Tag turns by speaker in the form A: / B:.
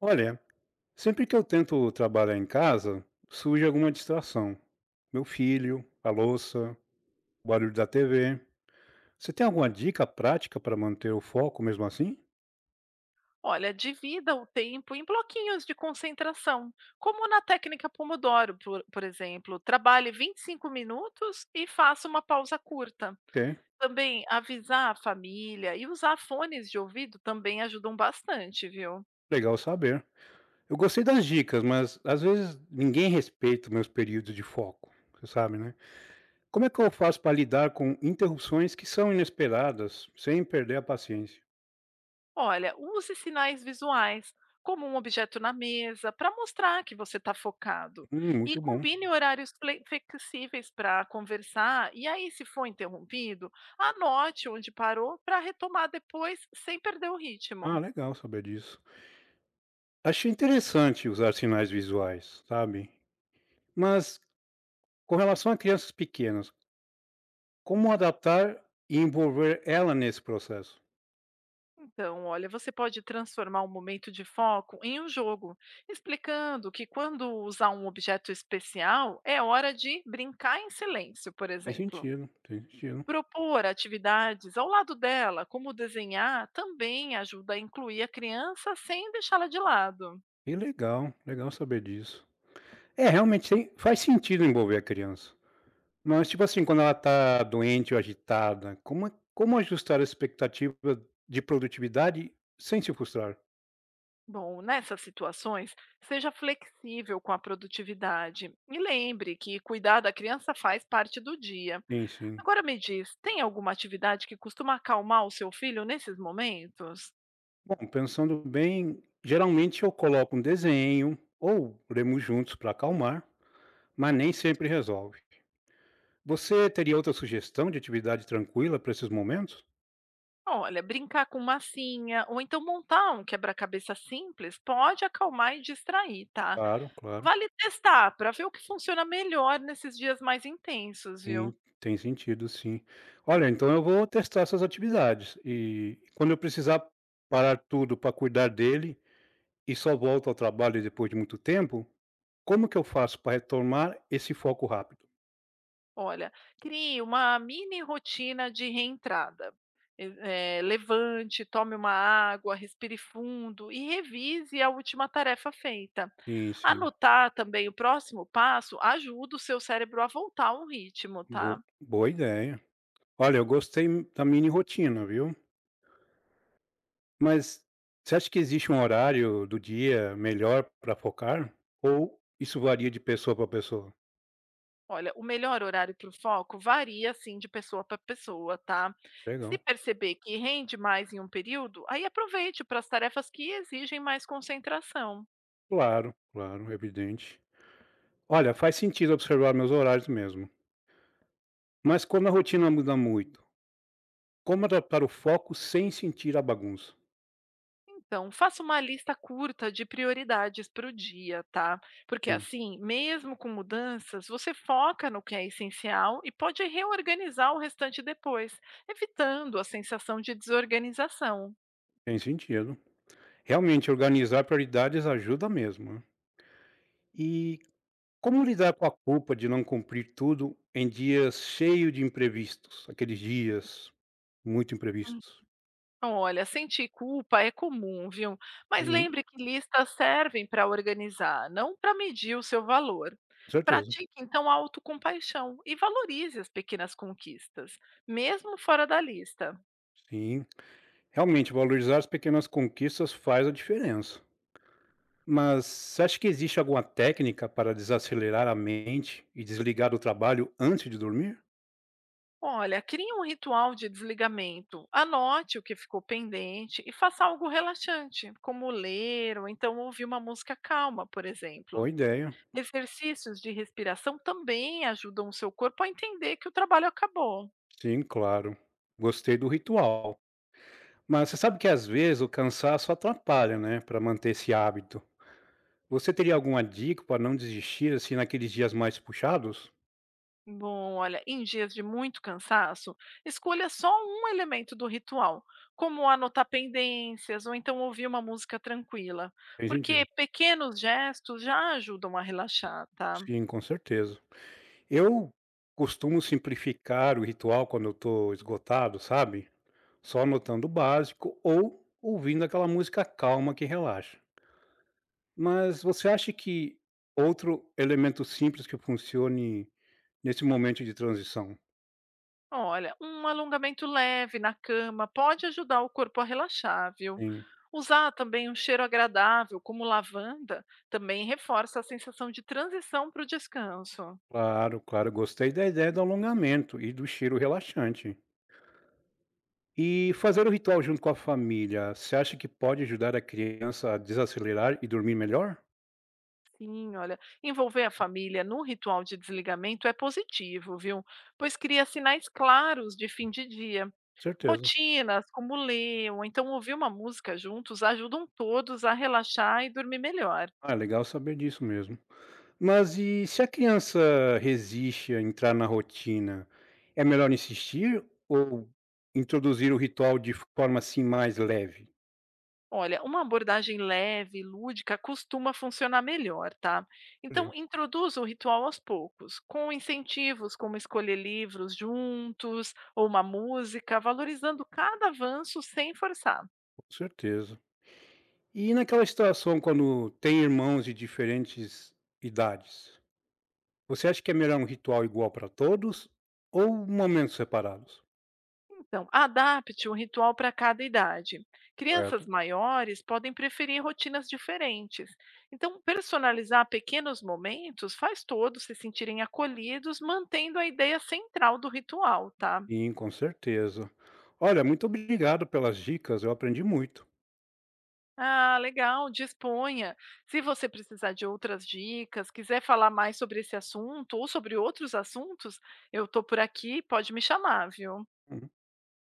A: Olha, sempre que eu tento trabalhar em casa, surge alguma distração. Meu filho, a louça, o barulho da TV. Você tem alguma dica prática para manter o foco mesmo assim?
B: Olha, divida o tempo em bloquinhos de concentração, como na técnica Pomodoro, por exemplo. Trabalhe 25 minutos e faça uma pausa curta.
A: Ok,
B: Também avisar a família e usar fones de ouvido também ajudam bastante, viu?
A: legal saber. Eu gostei das dicas, mas às vezes ninguém respeita meus períodos de foco. Você sabe, né? Como é que eu faço para lidar com interrupções que são inesperadas, sem perder a paciência?
B: Olha, use sinais visuais, como um objeto na mesa, para mostrar que você está focado. E
A: Muito bom.
B: combine horários flexíveis para conversar. E aí, se for interrompido, anote onde parou para retomar depois, sem perder o
A: Ah,
B: ritmo.
A: legal saber disso. Achei interessante usar sinais visuais, sabe? Mas com relação a crianças pequenas, como adaptar e envolver ela nesse processo?
B: Então, olha, você pode transformar um momento de foco em um jogo, explicando que quando usar um objeto especial, é hora de brincar em silêncio, por
A: Tem
B: exemplo.
A: sentido, tem sentido.
B: Propor atividades ao lado dela, como desenhar, também ajuda a incluir a criança sem deixá-la de lado.
A: Que legal, legal saber disso. É, realmente tem, faz sentido envolver a criança. Mas, tipo assim, quando ela tá doente ou agitada, como, é, como ajustar a expectativa de produtividade sem se frustrar?
B: Bom, nessas situações, seja flexível com a produtividade e lembre que cuidar da criança faz parte do dia.
A: Sim, sim.
B: Agora me diz, tem alguma atividade que costuma acalmar o seu filho nesses momentos?
A: Bom, pensando bem, geralmente eu coloco um desenho ou lemos juntos para acalmar, mas nem sempre resolve. Você teria outra sugestão de atividade tranquila para esses momentos?
B: Olha, brincar com massinha ou então montar um quebra-cabeça simples pode acalmar e distrair, tá?
A: Claro, claro.
B: Vale testar para ver o que funciona melhor nesses dias mais intensos, viu.
A: Sim, tem sentido sim. Olha, então eu vou testar essas atividades e quando eu precisar parar tudo para cuidar dele e só volto ao trabalho depois de muito tempo, como que eu faço para retomar esse foco rápido?
B: Olha, crie uma mini rotina de reentrada. E levante, tome uma água, respire fundo e revise a última tarefa feita.
A: Sim, sim.
B: Anotar também o próximo passo ajuda o seu cérebro a voltar ao ritmo, tá.
A: Bo boa ideia. Olha, eu gostei da mini rotina, viu? Mas você acha que existe um horário do dia melhor para focar? Ou isso varia de pessoa para pessoa?
B: Olha, o melhor horário para o foco varia assim de pessoa para pessoa, tá? Se
A: Legal.
B: perceber que rende mais em um período, aí aproveite para as tarefas que exigem mais concentração.
A: Claro, claro, evidente. Olha, faz sentido observar meus horários mesmo. Mas quando a rotina muda muito, como adaptar o foco sem sentir a bagunça?
B: Então, faça uma lista curta de prioridades para o dia, tá? Porque
A: Sim,
B: assim, mesmo com mudanças, você foca no que é essencial e pode reorganizar o restante depois, evitando a sensação de desorganização.
A: tem sentido. Realmente, organizar prioridades ajuda mesmo, né? E como lidar com a culpa de não cumprir tudo em dias cheios de imprevistos? Aqueles dias muito imprevistos.
B: Olha, sentir culpa é comum, viu? Mas
A: Uhum,
B: lembre que listas servem para organizar, não para medir o seu valor.
A: com certeza.
B: Pratique então a autocompaixão e valorize as pequenas conquistas, mesmo fora da lista.
A: Sim. Realmente, valorizar as pequenas conquistas faz a diferença. Mas você acha que existe alguma técnica para desacelerar a mente e desligar do trabalho antes de dormir?
B: Olha, crie um ritual de desligamento, anote o que ficou pendente e faça algo relaxante, como ler ou então ouvir uma música calma, por exemplo.
A: Boa ideia.
B: Exercícios de respiração também ajudam o seu corpo a entender que o trabalho acabou.
A: Sim, claro. Gostei do ritual. Mas você sabe que às vezes o cansaço atrapalha, né, para manter esse hábito. Você teria alguma dica para não desistir assim naqueles dias mais puxados?
B: Bom, olha, em dias de muito cansaço, escolha só um elemento do ritual, como anotar pendências ou então ouvir uma música tranquila,
A: Tem
B: porque
A: sentido.
B: pequenos gestos já ajudam a relaxar, tá?
A: Sim, com certeza. Eu costumo simplificar o ritual quando eu tô esgotado, sabe? Só anotando o básico ou ouvindo aquela música calma que relaxa. Mas você acha que outro elemento simples que funcione nesse momento de transição?
B: Olha, um alongamento leve na cama pode ajudar o corpo a relaxar, viu?
A: Sim,
B: Usar também um cheiro agradável, como lavanda, também reforça a sensação de transição para o descanso.
A: claro, claro, gostei da ideia do alongamento e do cheiro relaxante. E fazer o ritual junto com a família, você acha que pode ajudar a criança a desacelerar e dormir melhor?
B: Sim, olha, envolver a família num ritual de desligamento é positivo, viu? Pois cria sinais claros de fim de dia.
A: Certeza.
B: Rotinas, como ler, ou então ouvir uma música juntos, ajudam todos a relaxar e dormir melhor.
A: Ah, é legal saber disso mesmo. Mas e se a criança resiste a entrar na rotina, é melhor insistir ou introduzir o ritual de forma assim mais leve?
B: Olha, uma abordagem leve, lúdica, costuma funcionar melhor, tá? Então, introduza o ritual aos poucos, com incentivos como escolher livros juntos ou uma música, valorizando cada avanço sem forçar.
A: Certeza. E naquela situação quando tem irmãos de diferentes idades, você acha que é melhor um ritual igual para todos ou momentos separados?
B: Então, adapte um ritual para cada idade. Crianças
A: Correto.
B: maiores podem preferir rotinas diferentes. Então, personalizar pequenos momentos faz todos se sentirem acolhidos, mantendo a ideia central do ritual, tá?
A: Sim, com certeza. Olha, muito obrigado pelas dicas, eu aprendi muito.
B: Ah, legal, disponha. Se você precisar de outras dicas, quiser falar mais sobre esse assunto ou sobre outros assuntos, eu estou por aqui, pode me chamar, viu?